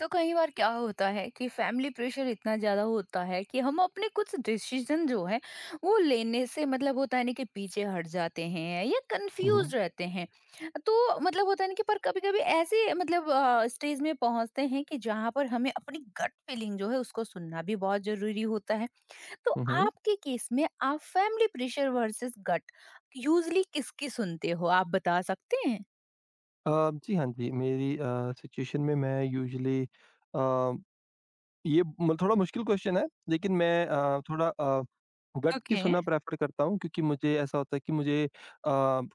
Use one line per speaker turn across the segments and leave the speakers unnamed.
तो कई बार क्या होता है कि फैमिली प्रेशर इतना ज्यादा होता है कि हम अपने कुछ डिसीजन जो है वो लेने से मतलब होता है ना कि पीछे हट जाते हैं या
हुँ, हुँ।
कंफ्यूज रहते हैं। तो मतलब होता है ना कि पर कभी कभी ऐसे मतलब स्टेज में पहुंचते हैं कि जहां पर हमें अपनी गट फीलिंग जो है उसको सुनना भी बहुत जरूरी होता है। तो
हुँ, हुँ।
आपके केस में आप family pressure versus gut usually किसकी सुनते हो, आप बता सकते हैं?
जी, हाँ जी, मेरी सिचुएशन में मैं यूजुअली अ, ये म थोड़ा मुश्किल क्वेश्चन है, लेकिन मैं थोड़ा गट की
ओके।
सुनना प्रेफ़र करता हूँ क्योंकि मुझे ऐसा होता है कि मुझे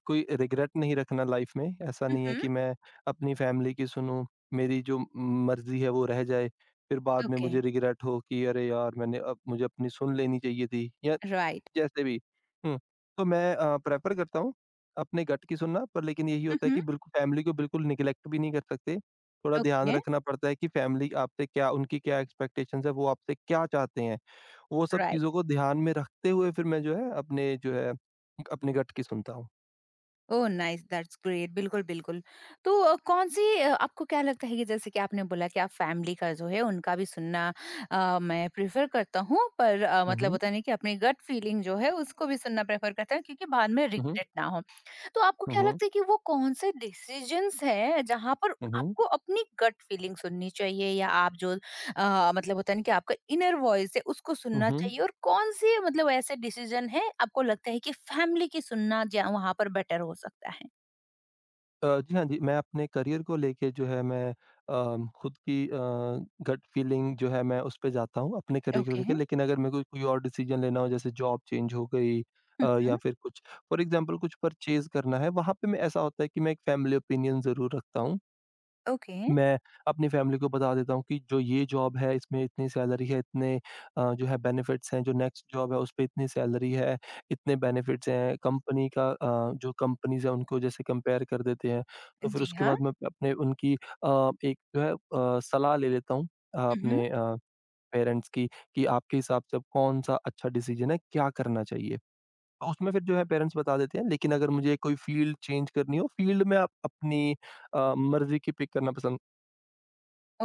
कोई रिग्रेट नहीं रखना लाइफ़ में। ऐसा नहीं है
हम्म।
कि मैं अपनी फ़ैमिली की सुनूँ, मेरी जो मर्ज़ी है वो रह जाए, फिर बाद में
ओके।
मुझे रिग्रेट हो कि अरे यार! मैंने अब मुझे अपनी सुन लेनी चाहिए थी या
राइट।
जैसे भी। हुँ। तो मैं प्रेफ़र करता हूँ अपने गट की सुनना पर लेकिन यही होता है
हम्म।
कि बिल्कुल फैमिली को बिल्कुल निग्लेक्ट भी नहीं कर सकते। थोड़ा ध्यान
ओके।
रखना पड़ता है कि फैमिली आपसे क्या उनकी क्या एक्सपेक्टेशंस है, वो आपसे क्या चाहते हैं। वो सब
राइट।
चीज़ों को ध्यान में रखते हुए फिर मैं जो है अपने गट की सुनता हूँ।
ओह नाइस, दैट्स ग्रेट, बिल्कुल बिल्कुल। तो कौन सी आपको क्या लगता है कि जैसे कि आपने बोला कि आप फैमिली का जो है उनका भी सुनना मैं प्रेफर करता हूँ, पर
हुँ,
मतलब
हुँ।
होता नहीं कि अपनी गट फीलिंग जो है उसको भी सुनना प्रेफर करता हूँ क्योंकि बाद में
हुँ, हुँ।
रिग्रेट ना हो। तो आपको
हुँ,
क्या
हुँ।
लगता है कि वो कौन से डिसीजंस हैं जहाँ पर
हुँ, हुँ।
आपको अपनी गट फीलिंग सुननी चाहिए, या आप जो मतलब होता है ना कि आपका इनर वॉइस है उसको
हुँ,
सुनना
हुँ।
चाहिए, और कौन से मतलब ऐसे डिसीजन है आपको लगता है कि फैमिली की सुनना जा वहाँ पर बेटर हो सकता है?
जी हाँ जी, मैं अपने करियर को लेके जो है मैं खुद की गट फीलिंग जो है मैं उस पे जाता हूँ अपने करियर को
ओके।
लेके। लेकिन अगर मेरे को कोई और डिसीज़न लेना हो जैसे जॉब चेंज हो गई
हुँ, हुँ।
या फिर कुछ फॉर एग्ज़ाम्पल कुछ परचेज़ करना है, वहाँ पे मैं ऐसा होता है कि मैं एक फैमिली ओपिनियन ज़रूर रखता हूँ।
ओके।
मैं अपनी फैमिली को बता देता हूँ कि जो ये जॉब है इसमें इतनी सैलरी है, इतने जो है बेनिफिट्स हैं, जो नेक्स्ट जॉब है उस पे इतनी सैलरी है, इतने बेनिफिट्स हैं, कंपनी का जो कंपनीज़ हैं उनको जैसे कंपेयर कर देते हैं। तो फिर
जी
उसके
हाँ।
बाद मैं अपने उनकी एक जो है सलाह ले लेता हूँ
हुँ, हुँ।
अपने पेरेंट्स की कि आपके हिसाब से अब कौन-सा अच्छा डिसीज़न है, क्या करना चाहिए? तो उसमें फिर जो है पेरेंट्स बता देते हैं, लेकिन अगर मुझे कोई फील्ड चेंज करनी हो, फील्ड में आप अपनी मर्ज़ी की पिक करना पसंद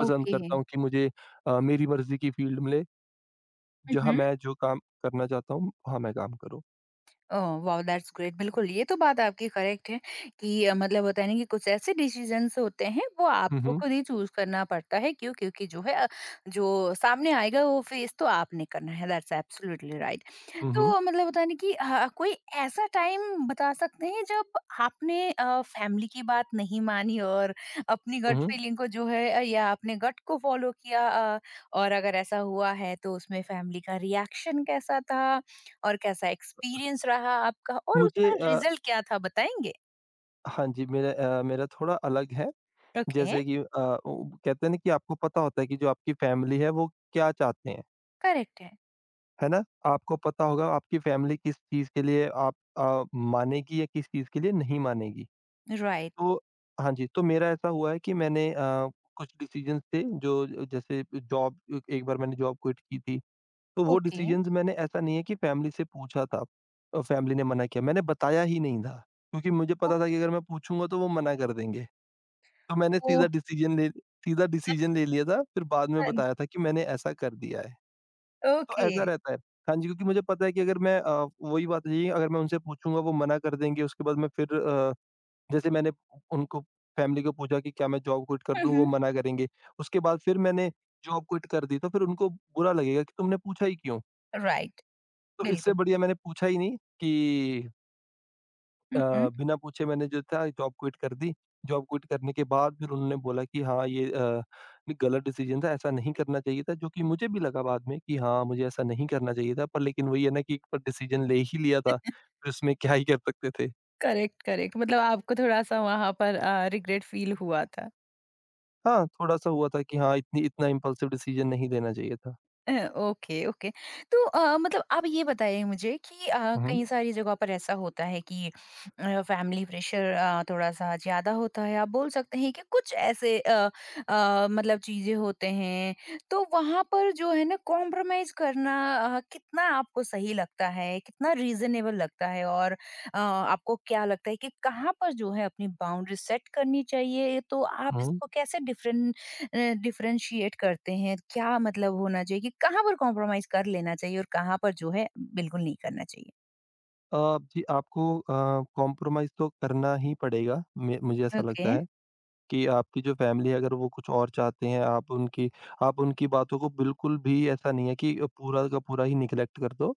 पसंद
ओके।
करता हूँ कि मुझे मेरी मर्ज़ी की फ़ील्ड मिले,
हुँ,
जहाँ
हुँ।
मैं जो काम करना चाहता हूँ, वहाँ मैं काम करूँ।
ओह वाओ, दैट्स ग्रेट, बिल्कुल, ये तो बात आपकी करेक्ट है कि मतलब होता है ना कि कुछ ऐसे डिसीजंस होते हैं वो
हुँ,
आपको
हुँ।
खुद ही चूज करना पड़ता है, क्यों? क्योंकि जो है जो सामने आएगा वो फेस तो आपने करना है, दैट्स एब्सोल्युटली राइट।
हुँ, हुँ।
तो मतलब होता है ना कि हाँ, कोई ऐसा टाइम बता सकते हैं जब आपने फैमिली की बात नहीं मानी और अपनी
हुँ,
गट
हुँ।
फीलिंग को जो है या अपने गट को फॉलो किया, और अगर ऐसा हुआ है तो उसमें फैमिली का रिएक्शन कैसा था और कैसा एक्सपीरियंस रहा आपका और
मुझे
उसका रिजल्ट क्या था, बताएंगे?
हाँ जी, मेरा थोड़ा अलग है,
ओके।
जैसे कि वो कहते हैं ना कि आपको पता होता है कि जो आपकी फ़ैमिली है, वो क्या चाहते हैं,
करेक्ट है।
है ना? आपको पता होगा आपकी फ़ैमिली किस चीज़ के लिए आप मानेगी या किस चीज़ के लिए नहीं मानेगी।
राइट।
तो हाँ जी, तो मेरा ऐसा हुआ है कि मैंने कुछ डिसीज़न्स थे जो जैसे जॉब एक बार मैंने जॉब क्विट की थी। तो वो
ओके।
डिसीजंस मैंने ऐसा नहीं है कि फैमिली से पूछा था और फैमिली ने मना किया, मैंने बताया ही नहीं था, क्योंकि मुझे पता था
ओके।
कि अगर मैं पूछूँगा तो वो मना कर देंगे। तो मैंने
ओ।
सीधा डिसीजन ले लिया था, फिर बाद में बताया था कि मैंने ऐसा कर दिया है। तो
ओके।
ऐसा रहता है। हाँ जी, क्योंकि मुझे पता है कि अगर मैं वही बात रही है जी, अगर मैं उनसे पूछूँगा वो मना कर देंगे, उसके बाद मैं फिर जैसे मैंने उनको फैमिली को पूछा कि क्या मैं जॉब क्विट कर दूँ? वो मना करेंगे। उसके बाद फिर मैंने जॉब क्विट कर दी, तो फिर उनको बुरा लगेगा कि तुमने पूछा ही क्यों?
राइट।
तो इससे
बिल्कुल।
बढ़िया मैंने पूछा ही नहीं कि बिना पूछे मैंने जो था जॉब क्विट कर दी। जॉब क्विट करने के बाद फिर उन्होंने बोला कि हाँ, ये गलत डिसीज़न था, ऐसा नहीं करना चाहिए था, जो कि मुझे भी लगा बाद में कि हाँ, मुझे ऐसा नहीं करना चाहिए था। पर लेकिन वही है ना कि एक बार डिसीज़न ले ही लिया था, फिर उसमें क्या ही कर सकते थे।
करेक्ट, करेक्ट, मतलब आपको थोड़ा-सा वहाँ पर रिग्रेट फील हुआ था।
हाँ, थोड़ा-सा हुआ था कि हाँ, इतनी इतना इम्पल्सिव डिसीज़न नहीं लेना चाहिए था।
Okay, okay. तो मतलब आप ये बताइए मुझे कि
हुँ।
कई सारी जगहों पर ऐसा होता है कि फैमिली प्रेशर थोड़ा-सा ज़्यादा होता है। आप बोल सकते हैं कि कुछ ऐसे मतलब चीज़ें होते हैं, तो वहाँ पर जो है ना कॉम्प्रोमाइज़ करना कितना आपको सही लगता है, कितना रीज़नेबल लगता है, और आपको क्या लगता है कि कहाँ पर जो है अपनी बाउंड्री सेट करनी चाहिए? तो आप
हुँ।
इसको कैसे डिफरेंट डिफरेंशिएट करते हैं, क्या मतलब होना चाहिए कि कहाँ पर कॉम्प्रोमाइज कर लेना चाहिए और कहाँ पर जो है बिल्कुल नहीं करना चाहिए?
जी आपको कॉम्प्रोमाइज़ तो करना ही पड़ेगा, मे मुझे ऐसा
ओके।
लगता है। कि आपकी जो फैमिली है अगर वो कुछ और चाहते हैं, आप उनकी बातों को बिल्कुल भी ऐसा नहीं है कि पूरा का पूरा ही निग्लेक्ट कर दो।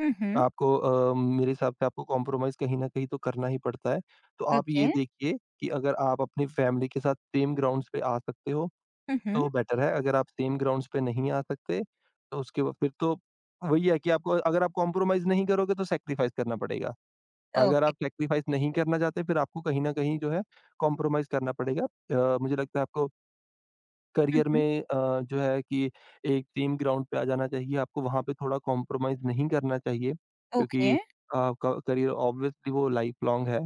हम्म।
आपको मेरे हिसाब से आपको कॉम्प्रोमाइज़ कहीं न कहीं तो करना ही पड़ता है। तो आप ये
ओके।
देखिए कि अगर आप अपनी फैमिली के साथ सेम ग्राउंड्स पे आ सकते हो,
हम्म।
तो बेटर है। अगर आप सेम ग्राउंड्स पे नहीं आ सकते, तो उसके बाद फिर तो वही है कि आपको अगर आप कॉम्प्रोमाइज़ नहीं करोगे तो सैक्रिफ़ाइस करना पड़ेगा। अगर
ओके।
आप सैक्रिफ़ाइस नहीं करना चाहते, फिर आपको कहीं न कहीं जो है कॉम्प्रोमाइज़ करना पड़ेगा। मुझे लगता है आपको करियर
हम्म।
में जो है कि एक टीम ग्राउंड पे आ जाना चाहिए, आपको वहाँ पे थोड़ा कॉम्प्रोमाइज़ नहीं करना चाहिए
ओके।
क्योंकि आपका करियर ऑब्वियसली वो लाइफ लॉन्ग है।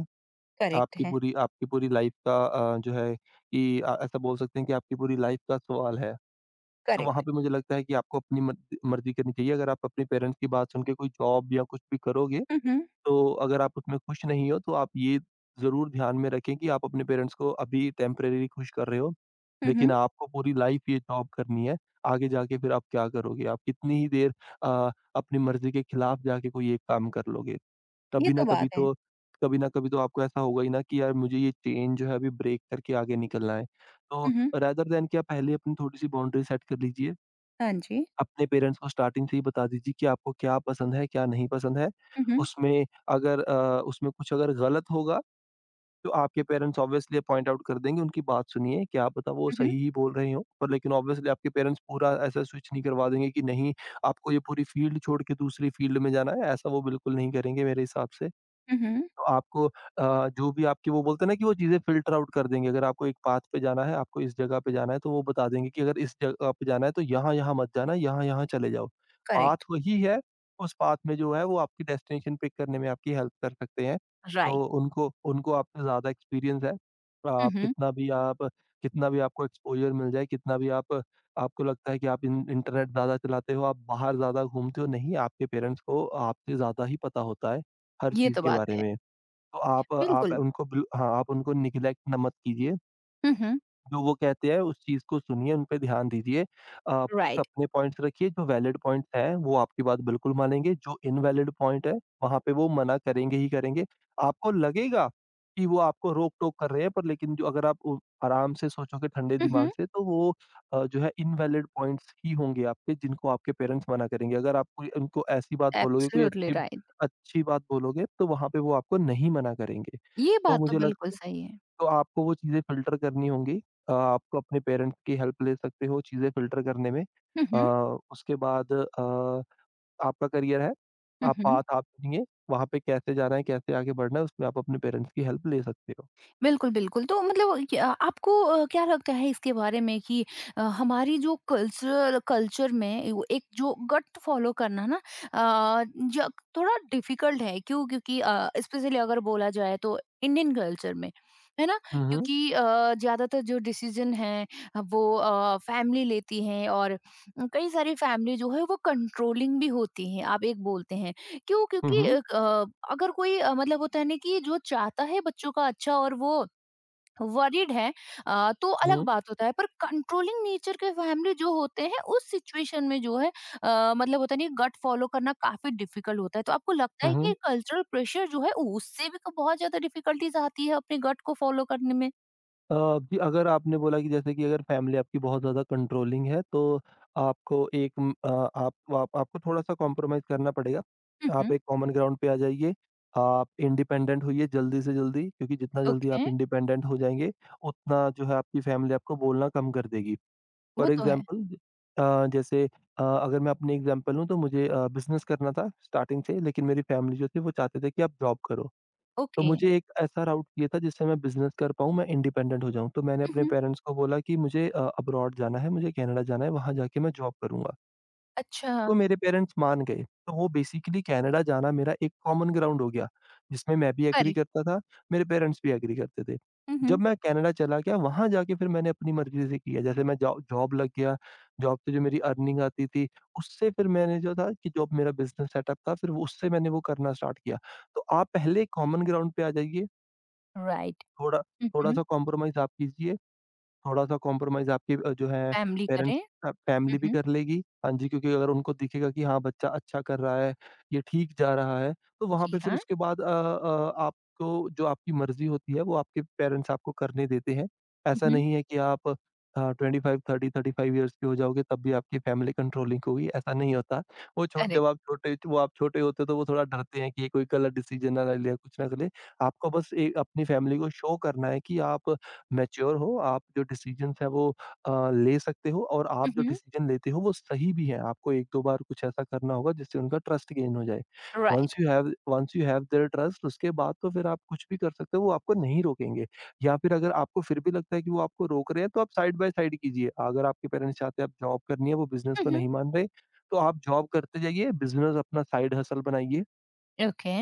करेक्ट
आपकी
है।
पूरी आपकी पूरी लाइफ का जो है कि ऐसा बोल सकते हैं कि आपकी पूरी लाइफ का सवाल है। तो वहाँ
करेक्ट।
पे मुझे लगता है कि आपको अपनी मर्ज़ी मर्ज़ी करनी चाहिए। अगर आप अपने पेरेंट्स की बात सुन के कोई जॉब या कुछ भी करोगे
हम्म।
तो अगर आप उसमें खुश नहीं हो तो आप ये ज़रूर ध्यान में रखें कि आप अपने पेरेंट्स को अभी टेम्परेरी खुश कर रहे हो,
हम्म।
लेकिन आपको पूरी लाइफ ये जॉब करनी है। आगे जाके फिर आप क्या करोगे? आप कितनी ही देर अपनी मर्ज़ी के खिलाफ जाके कोई एक काम कर लोगे।
ये
कभी ना
तो बात
कभी
है।
तो कभी ना कभी तो आपको ऐसा होगा ही ना कि यार मुझे ये चेन जो है अभी ब्रेक करके आगे निकलना है। तो
हम्म।
रेदर दैन कि आप पहले अपनी थोड़ी-सी बाउंड्री सेट कर लीजिए।
हाँ जी।
अपने पेरेंट्स को स्टार्टिंग से ही बता दीजिए कि आपको क्या पसंद है, क्या नहीं पसंद है।
हम्म।
उसमें कुछ अगर गलत होगा तो आपके पेरेंट्स ऑब्वियसली पॉइंट आउट कर देंगे, उनकी बात सुनिए। क्या पता वो
हम्म।
सही ही बोल रहे हों, पर लेकिन ऑब्वियसली आपके पेरेंट्स पूरा ऐसा स्विच नहीं करवा देंगे कि नहीं, आपको ये पूरी फील्ड छोड़ के दूसरी फील्ड में जाना है, ऐसा वो बिल्कुल नहीं करेंगे मेरे हिसाब से।
हम्म।
तो आपको जो भी आपकी वो बोलते हैं ना कि वो चीज़ें फ़िल्टर आउट कर देंगे। अगर आपको एक पाथ पे जाना है, आपको इस जगह पे जाना है, तो वो बता देंगे कि अगर इस जगह पे जाना है तो यहाँ-यहाँ मत जाना, यहाँ-यहाँ चले जाओ। Path
correct.
वही है, उस पाथ में जो है वो आपकी डेस्टिनेशन पिक करने में आपकी हेल्प कर सकते हैं।
राइट।
तो उनको उनको आपसे ज़्यादा एक्सपीरियंस है।
हम्म।
आप कितना भी आपको एक्सपोज़र मिल जाए, कितना भी आप आपको लगता है कि आप इन इंटरनेट ज़्यादा चलाते हो, आप बाहर ज़्यादा घूमते हो, नहीं, आपके पेरेंट्स को आपसे ज़्यादा ही पता होता है, हर
ये
चीज़
तो
के
बात
बारे
है।
में। तो आप
बिल्कुल।
उनको बिल हाँ, आप उनको नेग्लेक्ट ना मत कीजिए।
हम्म।
जो वो कहते हैं उस चीज़ को सुनिए, उन पे ध्यान दीजिए। आप कुछ
राइट।
अपने पॉइंट्स रखिए, जो वैलिड पॉइंट्स हैं वो आपकी बात बिल्कुल मानेंगे, जो इनवैलिड पॉइंट है वहाँ पे वो मना करेंगे ही करेंगे। आपको लगेगा कि वो आपको रोक-टोक कर रहे हैं पर लेकिन जो अगर आप उ आराम से सोचोगे ठंडे दिमाग
हम्म।
से तो वो जो है इनवैलिड पॉइंट्स ही होंगे आपके जिनको आपके पेरेंट्स मना करेंगे। अगर आप कोई उनको ऐसी बात बोलोगे, कोई
एब्सोल्युटली
अच्छी
राइट।
अच्छी बात बोलोगे तो वहाँ पे वो आपको नहीं मना करेंगे।
ये
तो
बात तो
मुझे लग
बिल्कुल सही है।
तो आपको वो चीज़ें फ़िल्टर करनी होंगी। आपको अपने पेरेंट्स की हेल्प ले सकते हो चीज़ें फ़िल्टर करने में। अ,
हम्म।
उसके बाद आपका करियर है, आप
हम्म।
पाथ आप चुनिए, वहाँ पे कैसे जाना है, कैसे आगे बढ़ना है, उसमें आप अपने पेरेंट्स की हेल्प ले सकते हो।
बिल्कुल, बिल्कुल। तो मतलब क्या आपको क्या लगता है इसके बारे में कि हमारी जो कल्चरल कल्चर में वो एक जो गट फ़ॉलो करना ना अ, ज थोड़ा डिफ़िकल्ट है, क्यों? क्योंकि स्पेशली अगर बोला जाए तो इंडियन कल्चर में, है ना?
हुँ, हुँ।
क्योंकि ज़्यादातर जो डिसीज़न हैं वो फैमिली लेती है, और कई सारी फैमिली जो है वो कंट्रोलिंग भी होती हैं, आप एक बोलते हैं। क्यों?
हुँ,
क्योंकि
हुँ।
क अगर कोई मतलब होता है ना कि जो चाहता है बच्चों का अच्छा और वो वरीड है, तो
हुँ,
अलग
हुँ।
बात होता है। पर कंट्रोलिंग नेचर के फैमिली जो होते हैं उस सिचुएशन में जो है मतलब होता नहीं गट फॉलो करना काफ़ी डिफिकल्ट होता है। तो आपको लगता
हुँ,
है
हुँ।
कि कल्चरल प्रेशर जो है उससे भी क बहुत ज़्यादा डिफिकल्टीज़ आती है अपने गट को फॉलो करने में?
अ, जी, अगर आपने बोला कि जैसे कि अगर फैमिली आपकी बहुत ज़्यादा कंट्रोलिंग है, तो आपको एक उम, अ, आप आपको थोड़ा-सा कॉम्प्रोमाइज़ करना पड़ेगा।
हुँ, हुँ।
आप एक कॉमन ग्राउंड पे आ जाइए, आप इंडिपेंडेंट होइए जल्दी से जल्दी, क्योंकि जितना जल्दी
ओके,
आप इंडिपेंडेंट हो जाएँगे, उतना जो है आपकी फैमिली आपको बोलना कम कर देगी।
वो
फॉर
तो है।
एग्ज़ाम्पल अ, जैसे अगर मैं अपनी एग्ज़ाम्पल लूँ तो मुझे बिज़नेस करना था स्टार्टिंग से लेकिन मेरी फैमिली जो थी वो चाहते थे कि आप जॉब करो। तो
ओके।
मुझे एक ऐसा राउट चाहिए था जिससे मैं बिज़नेस कर पाऊँ, मैं इंडिपेंडेंट हो जाऊँ। तो मैंने
हुँ,
अपने
हुँ।
पेरेंट्स को बोला कि मुझे अब्रॉड जाना है, मुझे कनाडा जाना है, वहाँ जाके मैं जॉब करूँगा।
अच्छा,
तो मेरे पेरेंट्स मान गए। तो वो बेसिकली कनाडा जाना मेरा एक कॉमन ग्राउंड हो गया, जिसमें मैं भी एग्री
करेक्ट।
करता था, मेरे पेरेंट्स भी एग्री करते थे।
हुँ,
जब
हुँ।
मैं कनाडा चला गया, वहाँ जाके फिर मैंने अपनी मर्ज़ी से किया, जैसे मैं जॉ जॉब लग गया, जॉब से जो मेरी अर्निंग आती थी, उससे फिर मैंने जो था कि जो अब मेरा बिज़नेस सेटअप था, फिर वो उससे मैंने वो करना स्टार्ट किया। तो आप पहले कॉमन ग्राउंड पे आ जाइए।
राइट।
थोड़ा
हुँ, हुँ।
थोड़ा-सा कॉम्प्रोमाइज़ आप कीजिए। थोड़ा-सा कॉम्प्रोमाइज़ आपकी जो है
फैमिली करें।
पेरेंट्स
हुँ,
फैमिली भी
हुँ।
कर लेगी। हाँ जी, क्योंकि अगर उनको दिखेगा कि हाँ, बच्चा अच्छा कर रहा है, ये ठीक जा रहा है, तो वहाँ
जी
पे फिर
हाँ।
उसके बाद आपको जो आपकी मर्ज़ी होती है, वो आपके पेरेंट्स आपको करने देते हैं।
हुँ,
ऐसा
हुँ।
नहीं है कि आप 25, 30, 35 इयर्स के हो जाओगे, तब भी आपकी फैमिली कंट्रोलिंग होगी, ऐसा नहीं होता। वो छोट
करेक्ट।
जब आप छोटे वो आप छोटे होते हो, तो वो थोड़ा डरते हैं कि ये कोई गलत डिसीज़न ना ले ले, कुछ ना कर ले। आपको बस ए अपनी फैमिली को शो करना है कि आप मैच्योर हो, आप जो डिसीज़न्स हैं वो ले सकते हो और
हुँ,
आप जो
हुँ।
डिसीज़न लेते हो वो सही भी हैं। आपको 1-2 बार कुछ ऐसा करना होगा जिससे उनका ट्रस्ट गेन हो जाए।
Right.
Once you have their trust उसके बाद तो फिर आप कुछ भी कर सकते हो, वो आपको नहीं रोकेंगे। या फिर अगर आपको फिर भी लगता है कि वो आपको रोक रहे हैं तो आप साइड बाय साइड कीजिए। अगर आपके पेरेंट्स चाहते हैं आप जॉब करनी है, वो बिज़नेस
हुँ,
को
हुँ।
नहीं मान रहे, तो आप जॉब करते जाइए, बिज़नेस अपना साइड हसल बनाइए।
ओके।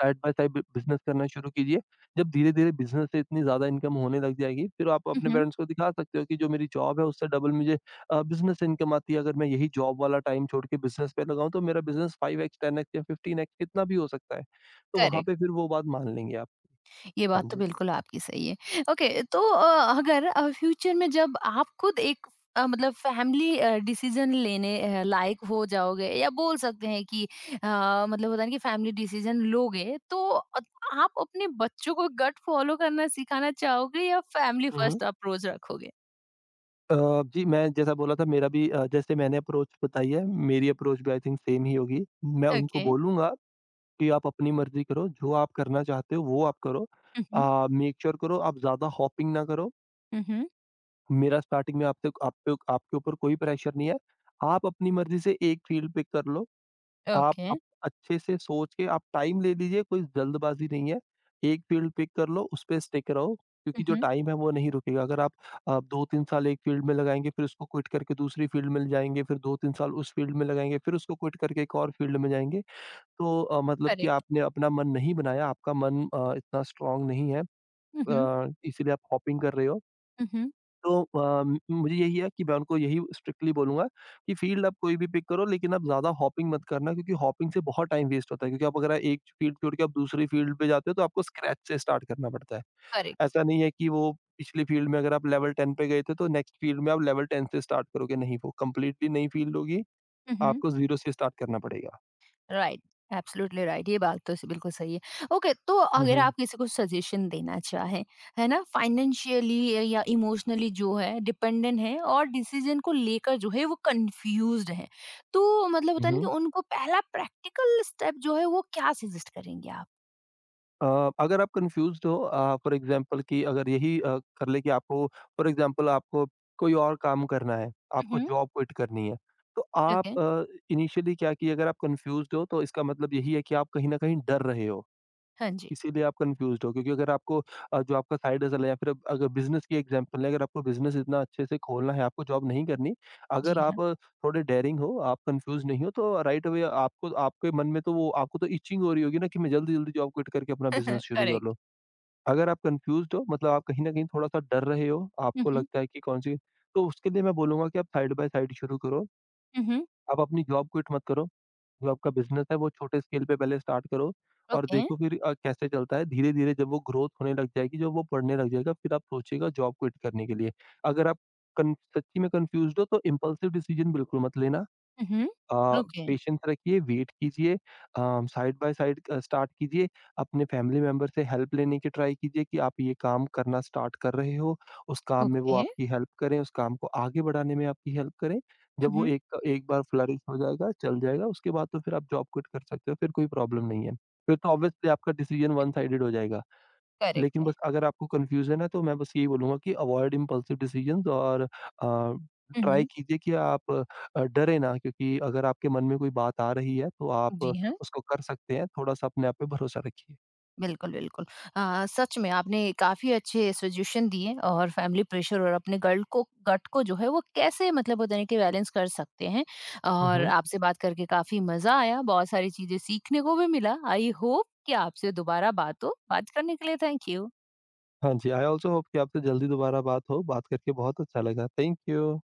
साइड बाय साइड बि बिज़नेस करना शुरू कीजिए। जब धीरे-धीरे बिज़नेस से इतनी ज़्यादा इनकम होने लग जाएगी, फिर आप
हुँ,
अपने
हुँ।
पेरेंट्स को दिखा सकते हो कि जो मेरी जॉब है उससे डबल मुझे बिज़नेस से इनकम आती है। अगर मैं यही जॉब वाला टाइम छोड़ के बिज़नेस पे लगाऊँ तो मेरा बिज़नेस 5x, 10x या 15x कितना भी हो सकता है। तो वहाँ
करेक्ट।
पे फिर वो बात मान लेंगे आप।
ये
हाँ
बात तो
जी।
बिल्कुल आपकी सही है। ओके, तो अगर फ्यूचर में जब आप खुद एक मतलब फैमिली डिसीज़न लेने लायक हो जाओगे, या बोल सकते हैं कि मतलब होता है ना कि फैमिली डिसीज़न लोगे तो आप अपने बच्चों को गट फॉलो करना सिखाना चाहोगे या फैमिली
हुँ, हुँ।
फर्स्ट अप्रोच रखोगे?
अ, जी मैं जैसा बोला था मेरा भी जैसे मैंने अप्रोच बताई है, मेरी अप्रोच भी आई थिंक सेम ही होगी। मैं उनको
ओके।
बोलूँगा कि आप अपनी मर्ज़ी करो, जो आप करना चाहते हो वो आप करो।
हुँ, हुँ।
मेक श्योर करो आप ज़्यादा हॉपिंग ना करो।
हुँ, हुँ।
मेरा स्टार्टिंग में आप तक आप पे आपके ऊपर कोई प्रेशर नहीं है। आप अपनी मर्ज़ी से एक फील्ड पिक कर लो।
ओके।
आप अच्छे से सोच के आप टाइम ले लीजिए, कोई जल्दबाज़ी नहीं है। एक फील्ड पिक कर लो, उस पे स्टिक रहो, क्योंकि
हुँ,
जो
हुँ।
टाइम है वो नहीं रुकेगा। अगर आप 2-3 साल एक फील्ड में लगाएँगे, फिर उसको क्विट करके दूसरी फील्ड में जाएँगे, फिर 2-3 साल उस फील्ड में लगाएँगे, फिर उसको क्विट करके एक और फील्ड में जाएँगे। तो मतलब कि
करेक्ट।
आपने अपना मन नहीं बनाया, आपका मन इतना स्ट्रॉन्ग नहीं है
हुँ, हुँ।
इसीलिए आप हॉपिंग कर रहे हो।
हुँ, हुँ।
तो अ, म मुझे यही है कि मैं उनको यही स्ट्रिक्टली बोलूँगा कि फ़ील्ड आप कोई भी पिक करो लेकिन आप ज़्यादा हॉपिंग मत करना क्योंकि हॉपिंग से बहुत टाइम वेस्ट होता है क्योंकि आप अगर एक फ़ील्ड छोड़ के आप दूसरी फ़ील्ड पे जाते हो तो आपको स्क्रैच से स्टार्ट करना पड़ता है।
करेक्ट।
ऐसा नहीं है कि वो पिछली फ़ील्ड में अगर आप लेवल 10 पे गए थे तो नेक्स्ट फ़ील्ड में आप लेवल 10 से स्टार्ट करोगे, नहीं वो कंप्लीटली नई फ़ील्ड होगी,
हुँ, हुँ।
आपको ज़ीरो से स्टार्ट करना पड़ेगा।
राइट, एब्सोल्युटली राइट, ये बात तो स बिल्कुल सही है। ओके, तो
हुँ,
अगर
हुँ।
आप किसी को सजेशन देना चाहें, है ना? फाइनेंशियली या इमोशनली जो है डिपेंडेंट है और डिसीजन को लेकर जो है वो कन्फ्यूज़्ड है। तो मतलब
हुँ,
होता है ना कि
हुँ।
उनको पहला प्रैक्टिकल स्टेप जो है वो क्या सजेस्ट करेंगे आप?
अगर आप कन्फ्यूज़्ड हो फॉर एग्ज़ाम्पल कि अगर यही अ, कर ले कि आपको फॉर एग्ज़ाम्पल आपको कोई और काम करना है,
हुँ,
आपको
हुँ,
जॉब क्विट करनी है, तो आप
ओके।
अ, इनिशियली क्या किए अगर आप कन्फ्यूज़्ड हो तो इसका मतलब यही है कि आप कहीं न कहीं डर रहे हो।
हाँ जी।
इसीलिए आप कन्फ्यूज़्ड हो क्योंकि अगर आपको जो आपका साइड हसल है या फिर अब अगर बिज़नेस की एग्ज़ाम्पल है, अगर आपको बिज़नेस इतना अच्छे से खोलना है, आपको जॉब नहीं करनी। अगर
जी हाँ।
आप थोड़े डेयरिंग हो, आप कन्फ्यूज़ नहीं हो तो राइट अवे आपको आपके मन में तो वो आपको तो इचिंग हो रही होगी ना कि मैं जल्दी-जल्दी जॉब क्विट करके अपना बिज़नेस शुरू कर
करेक्ट।
लूँ। अगर आप कन्फ्यूज़्ड हो मतलब आप कहीं न कहीं थोड़ा-सा डर रहे हो,
हुँ,
आपको
हुँ,
लगता है कि कौन-सी तो उसके लिए मैं बोलूँगा कि आप साइड बाय साइड शुरू करो।
हुँ, हुँ,
आप अपनी जॉब क्विट मत करो। जो आपका बिज़नेस है वो छोटे स्केल पे पहले स्टार्ट करो और
ओके।
देखो फिर कैसे चलता है। धीरे-धीरे जब वो ग्रोथ होने लग जाएगी, जब वो बढ़ने लग जाएगा, फिर आप सोचिएगा जॉब क्विट करने के लिए। अगर आप कन सच्ची में कन्फ्यूज़्ड हो तो इम्पल्सिव डिसीज़न बिल्कुल मत लेना।
हुँ, हुँ,
अ,
ओके,
पेशेंस रखिए, वेट कीजिए, साइड बाय साइड स्टार्ट कीजिए, अपने फैमिली मेंबर से हेल्प लेने की ट्राई कीजिए कि आप ये काम करना स्टार्ट कर रहे हो, उस काम में वो
ओके।
आपकी हेल्प करें, उस काम को आगे बढ़ाने में आपकी हेल्प करें। जब
हुँ,
वो
हुँ,
एक एक बार फ्लरिश हो जाएगा, चल जाएगा, उसके बाद तो फिर आप जॉब क्विट कर सकते हो, फिर कोई प्रॉब्लम नहीं है। फिर तो ऑब्वियसली आपका डिसीजन वन साइडेड हो जाएगा।
करेक्ट
लेकिन
है।
बस अगर आपको कन्फ्यूज़न है तो मैं बस यही बोलूँगा कि अवॉइड इम्पल्सिव डिसीजंस और
हुँ,
ट्राई
हुँ,
कीजिए कि आप डरें ना क्योंकि अगर आपके मन में कोई बात आ रही है तो आप
जी हाँ।
उसको कर सकते हैं, थोड़ा-सा अपने आप पे भरोसा रखिए।
बिल्कुल, बिल्कुल। अ, सच में आपने काफ़ी अच्छे सजेशन दिए, और फैमिली प्रेशर और अपने गल्ड को गट को जो है वो कैसे मतलब होता है कि बैलेंस कर सकते हैं,
हुँ,
और
हुँ।
आपसे बात करके काफ़ी मज़ा आया, बहुत सारी चीज़ें सीखने को भी मिला। आई होप कि आपसे दोबारा बात हो। बात करने के लिए थैंक यू।
हाँ जी, आई ऑल्सो होप कि आपसे जल्दी दोबारा बात हो, बात करके बहुत अच्छा लगा। Thank you.